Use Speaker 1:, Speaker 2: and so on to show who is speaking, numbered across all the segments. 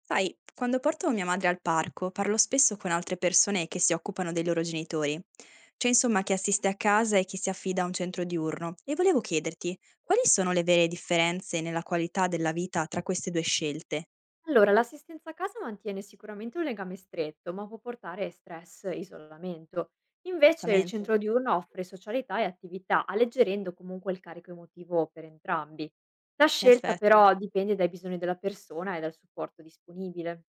Speaker 1: Sai, quando porto mia madre al parco, parlo spesso con altre persone che si occupano dei loro genitori. C'è insomma chi assiste a casa e chi si affida a un centro diurno. E volevo chiederti, quali sono le vere differenze nella qualità della vita tra queste due scelte?
Speaker 2: Allora, l'assistenza a casa mantiene sicuramente un legame stretto, ma può portare stress e isolamento. Invece il
Speaker 1: Esattamente.
Speaker 2: centro diurno offre socialità e attività, alleggerendo comunque il carico emotivo per entrambi. La
Speaker 1: In
Speaker 2: scelta
Speaker 1: effetti.
Speaker 2: però dipende dai bisogni della persona e dal supporto disponibile.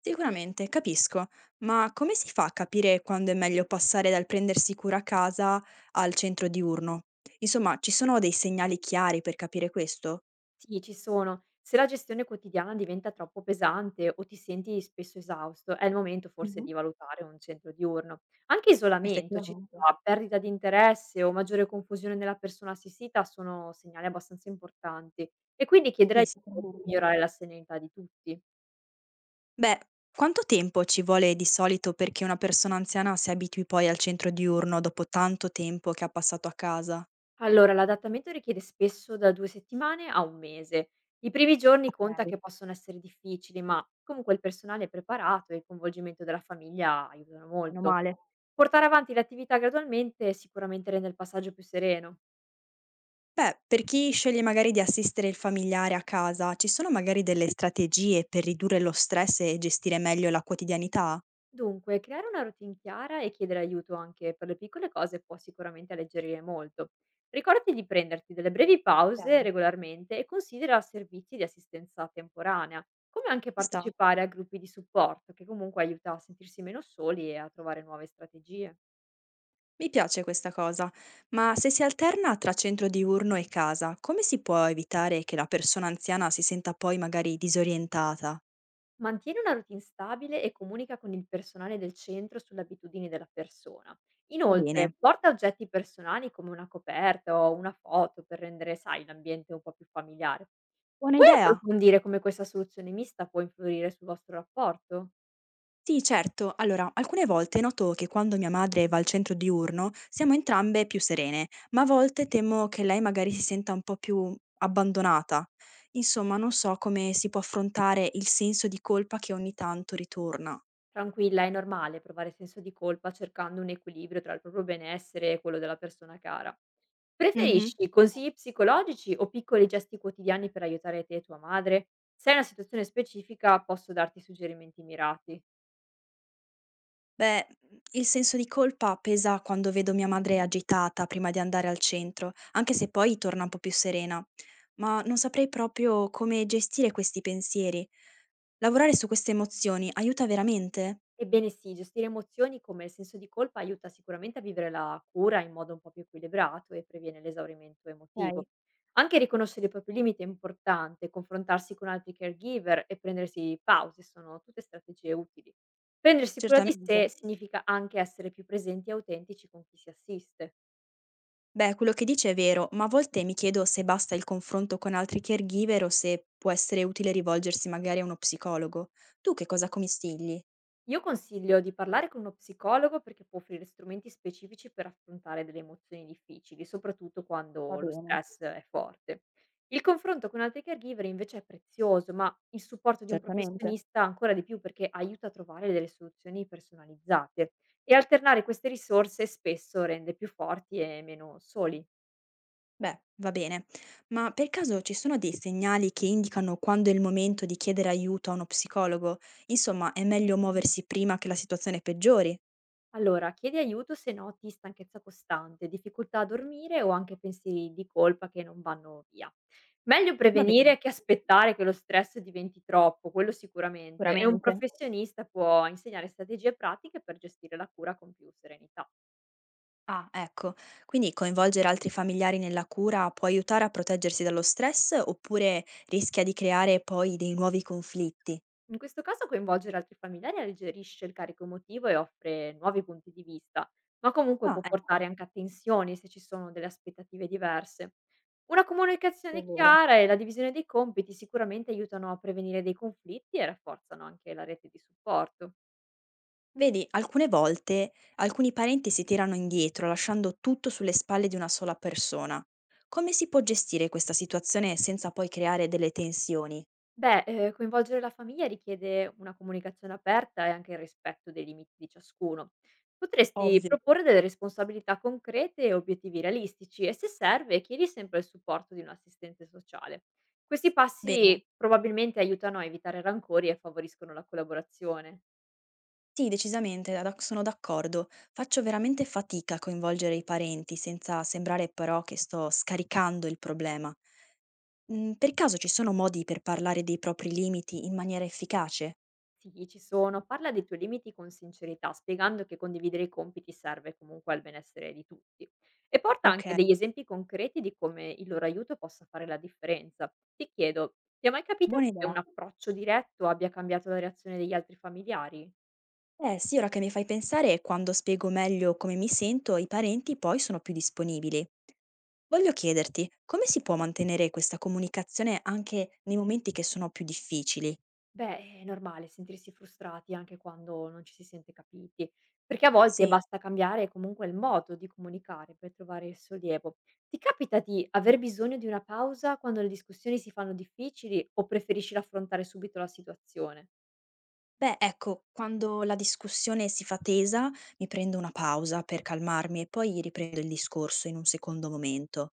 Speaker 1: Sicuramente, capisco, ma come si fa a capire quando è meglio passare dal prendersi cura a casa al centro diurno? Insomma, ci sono dei segnali chiari per capire questo?
Speaker 2: Sì, ci sono. Se la gestione quotidiana diventa troppo pesante o ti senti spesso esausto, è il momento forse
Speaker 1: Mhm.
Speaker 2: di valutare un centro diurno. Anche isolamento, ci
Speaker 1: Effettivamente.
Speaker 2: sta, perdita di interesse o maggiore confusione nella persona assistita sono segnali abbastanza importanti. E quindi chiedere
Speaker 1: Sì,
Speaker 2: aiuto può
Speaker 1: sicuramente.
Speaker 2: migliorare la serenità di tutti.
Speaker 1: Beh, quanto tempo ci vuole di solito perché una persona anziana si abitui poi al centro diurno dopo tanto tempo che ha passato a casa?
Speaker 2: Allora, l'adattamento richiede spesso da 2 settimane a 1 mese. I primi giorni conta
Speaker 1: Okay,
Speaker 2: che possono essere difficili, ma comunque il personale è preparato e il coinvolgimento della famiglia aiutano
Speaker 1: meno
Speaker 2: molto.
Speaker 1: male.
Speaker 2: Portare avanti le attività gradualmente sicuramente rende il passaggio più sereno.
Speaker 1: Beh, per chi sceglie magari di assistere il familiare a casa, ci sono magari delle strategie per ridurre lo stress e gestire meglio la quotidianità?
Speaker 2: Dunque, creare una routine chiara e chiedere aiuto anche per le piccole cose può sicuramente alleggerire molto. Ricordati di prenderti delle brevi pause
Speaker 1: Okay.
Speaker 2: regolarmente e considera servizi di assistenza temporanea, come anche
Speaker 1: Ci sta.
Speaker 2: partecipare a gruppi di supporto, che comunque aiuta a sentirsi meno soli e a trovare nuove strategie.
Speaker 1: Mi piace questa cosa, ma se si alterna tra centro diurno e casa, come si può evitare che la persona anziana si senta poi magari disorientata?
Speaker 2: Mantieni una routine stabile e comunica con il personale del centro sulle abitudini della persona.
Speaker 1: Va
Speaker 2: Inoltre,
Speaker 1: bene.
Speaker 2: porta oggetti personali come una coperta o una foto per rendere, sai, l'ambiente un po' più familiare.
Speaker 1: Buona
Speaker 2: Puoi
Speaker 1: idea!
Speaker 2: approfondire come questa soluzione mista può influire sul vostro rapporto.
Speaker 1: Sì, certo. Allora, alcune volte noto che quando mia madre va al centro diurno siamo entrambe più serene, ma a volte temo che lei magari si senta un po' più abbandonata. Insomma, non so come si può affrontare il senso di colpa che ogni tanto ritorna.
Speaker 2: Tranquilla, è normale provare senso di colpa cercando un equilibrio tra il proprio benessere e quello della persona cara.
Speaker 1: Mhm.
Speaker 2: Preferisci consigli psicologici o piccoli gesti quotidiani per aiutare te e tua madre? Se è una situazione specifica, posso darti suggerimenti mirati.
Speaker 1: Beh, il senso di colpa pesa quando vedo mia madre agitata prima di andare al centro, anche se poi torna un po' più serena. Ma non saprei proprio come gestire questi pensieri. Lavorare su queste emozioni aiuta veramente?
Speaker 2: Ebbene sì, gestire emozioni come il senso di colpa aiuta sicuramente a vivere la cura in modo un po' più equilibrato e previene l'esaurimento emotivo.
Speaker 1: Okay,
Speaker 2: Anche riconoscere i propri limiti è importante, confrontarsi con altri caregiver e prendersi pause sono tutte strategie utili. Prendersi cura di
Speaker 1: certamente.
Speaker 2: sé significa anche essere più presenti e autentici con chi si assiste.
Speaker 1: Beh, quello che dici è vero, ma a volte mi chiedo se basta il confronto con altri caregiver o se può essere utile rivolgersi magari a uno psicologo. Tu che cosa consigli?
Speaker 2: Io consiglio di parlare con uno psicologo perché può offrire strumenti specifici per affrontare delle emozioni difficili, soprattutto
Speaker 1: Va
Speaker 2: quando lo
Speaker 1: bene,
Speaker 2: stress è forte. Il confronto con altri caregiver invece è prezioso, ma il supporto di un
Speaker 1: certamente.
Speaker 2: professionista ancora di più perché aiuta a trovare delle soluzioni personalizzate e alternare queste risorse spesso rende più forti e meno soli.
Speaker 1: Beh, va bene. Ma per caso ci sono dei segnali che indicano quando è il momento di chiedere aiuto a uno psicologo? Insomma, è meglio muoversi prima che la situazione peggiori?
Speaker 2: Allora, chiedi aiuto se noti stanchezza costante, difficoltà a dormire o anche pensieri di colpa che non vanno via. Meglio
Speaker 1: Va bene,
Speaker 2: prevenire che aspettare che lo stress diventi troppo, quello sicuramente, e un
Speaker 1: sicuramente.
Speaker 2: professionista può insegnare strategie pratiche per gestire la cura con più serenità.
Speaker 1: Ah, ecco. Quindi coinvolgere altri familiari nella cura può aiutare a proteggersi dallo stress oppure rischia di creare poi dei nuovi conflitti?
Speaker 2: In questo caso coinvolgere altri familiari alleggerisce il carico emotivo e offre nuovi punti di vista, ma comunque
Speaker 1: Ah,
Speaker 2: può portare
Speaker 1: ecco,
Speaker 2: anche a tensioni se ci sono delle aspettative diverse. Una
Speaker 1: è
Speaker 2: comunicazione
Speaker 1: vero.
Speaker 2: chiara e la divisione dei compiti sicuramente aiutano a prevenire dei conflitti e rafforzano anche la rete di supporto.
Speaker 1: Vedi, alcune volte alcuni parenti si tirano indietro, lasciando tutto sulle spalle di una sola persona. Come si può gestire questa situazione senza poi creare delle tensioni?
Speaker 2: Beh, coinvolgere la famiglia richiede una comunicazione aperta e anche il rispetto dei limiti di ciascuno. Potresti
Speaker 1: Ovvio.
Speaker 2: proporre delle responsabilità concrete e obiettivi realistici e se serve chiedi sempre il supporto di un assistente sociale. Questi
Speaker 1: Bene.
Speaker 2: passi probabilmente aiutano a evitare rancori e favoriscono la collaborazione.
Speaker 1: Sì, decisamente, da sono d'accordo. Faccio veramente fatica a coinvolgere i parenti, senza sembrare però che sto scaricando il problema. Mhmm, per caso ci sono modi per parlare dei propri limiti in maniera efficace?
Speaker 2: Sì, ci sono. Parla dei tuoi limiti con sincerità, spiegando che condividere i compiti serve comunque al benessere di tutti. E porta anche
Speaker 1: Okay,
Speaker 2: degli esempi concreti di come il loro aiuto possa fare la differenza. Ti chiedo, ti è mai
Speaker 1: buona
Speaker 2: capitato che un
Speaker 1: idea.
Speaker 2: approccio diretto abbia cambiato la reazione degli altri familiari?
Speaker 1: Eh sì, ora che mi fai pensare, quando spiego meglio come mi sento, i parenti poi sono più disponibili. Voglio chiederti, come si può mantenere questa comunicazione anche nei momenti che sono più difficili?
Speaker 2: Beh, è normale sentirsi frustrati anche quando non ci si sente capiti, perché a volte
Speaker 1: Sì.
Speaker 2: basta cambiare comunque il modo di comunicare per trovare il sollievo. Ti capita di aver bisogno di una pausa quando le discussioni si fanno difficili o preferisci affrontare subito la situazione?
Speaker 1: Beh, ecco, quando la discussione si fa tesa, mi prendo una pausa per calmarmi e poi riprendo il discorso in un secondo momento.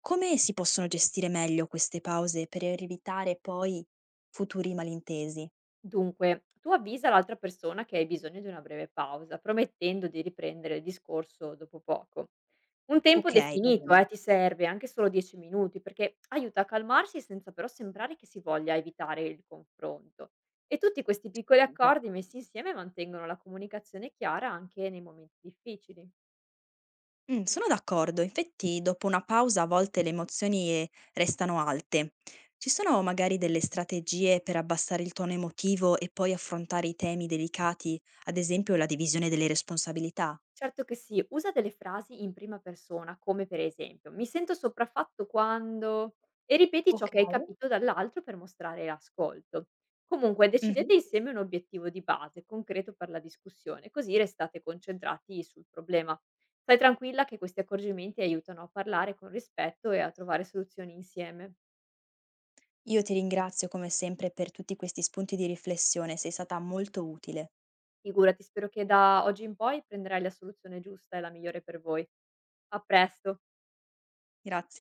Speaker 1: Come si possono gestire meglio queste pause per evitare poi futuri malintesi?
Speaker 2: Dunque, tu avvisa l'altra persona che hai bisogno di una breve pausa, promettendo di riprendere il discorso dopo poco. Un tempo
Speaker 1: Ok, va
Speaker 2: definito,
Speaker 1: bene.
Speaker 2: ti serve anche solo 10 minuti, perché aiuta a calmarsi senza però sembrare che si voglia evitare il confronto. E tutti questi piccoli
Speaker 1: Niente.
Speaker 2: accordi messi insieme mantengono la comunicazione chiara anche nei momenti difficili.
Speaker 1: Mm, sono d'accordo, infatti dopo una pausa a volte le emozioni restano alte. Ci sono magari delle strategie per abbassare il tono emotivo e poi affrontare i temi delicati, ad esempio la divisione delle responsabilità?
Speaker 2: Certo che sì, usa delle frasi in prima persona, come per esempio: "Mi sento sopraffatto quando" e ripeti ciò
Speaker 1: Ok.
Speaker 2: che hai capito dall'altro per mostrare ascolto. Comunque
Speaker 1: Mh-mh.
Speaker 2: decidete insieme un obiettivo di base, concreto per la discussione, così restate concentrati sul problema. Stai tranquilla che questi accorgimenti aiutano a parlare con rispetto e a trovare soluzioni insieme.
Speaker 1: Io ti ringrazio come sempre per tutti questi spunti di riflessione, sei stata molto utile.
Speaker 2: Figurati, spero che da oggi in poi prenderai la soluzione giusta e la migliore per voi. A presto.
Speaker 1: Graz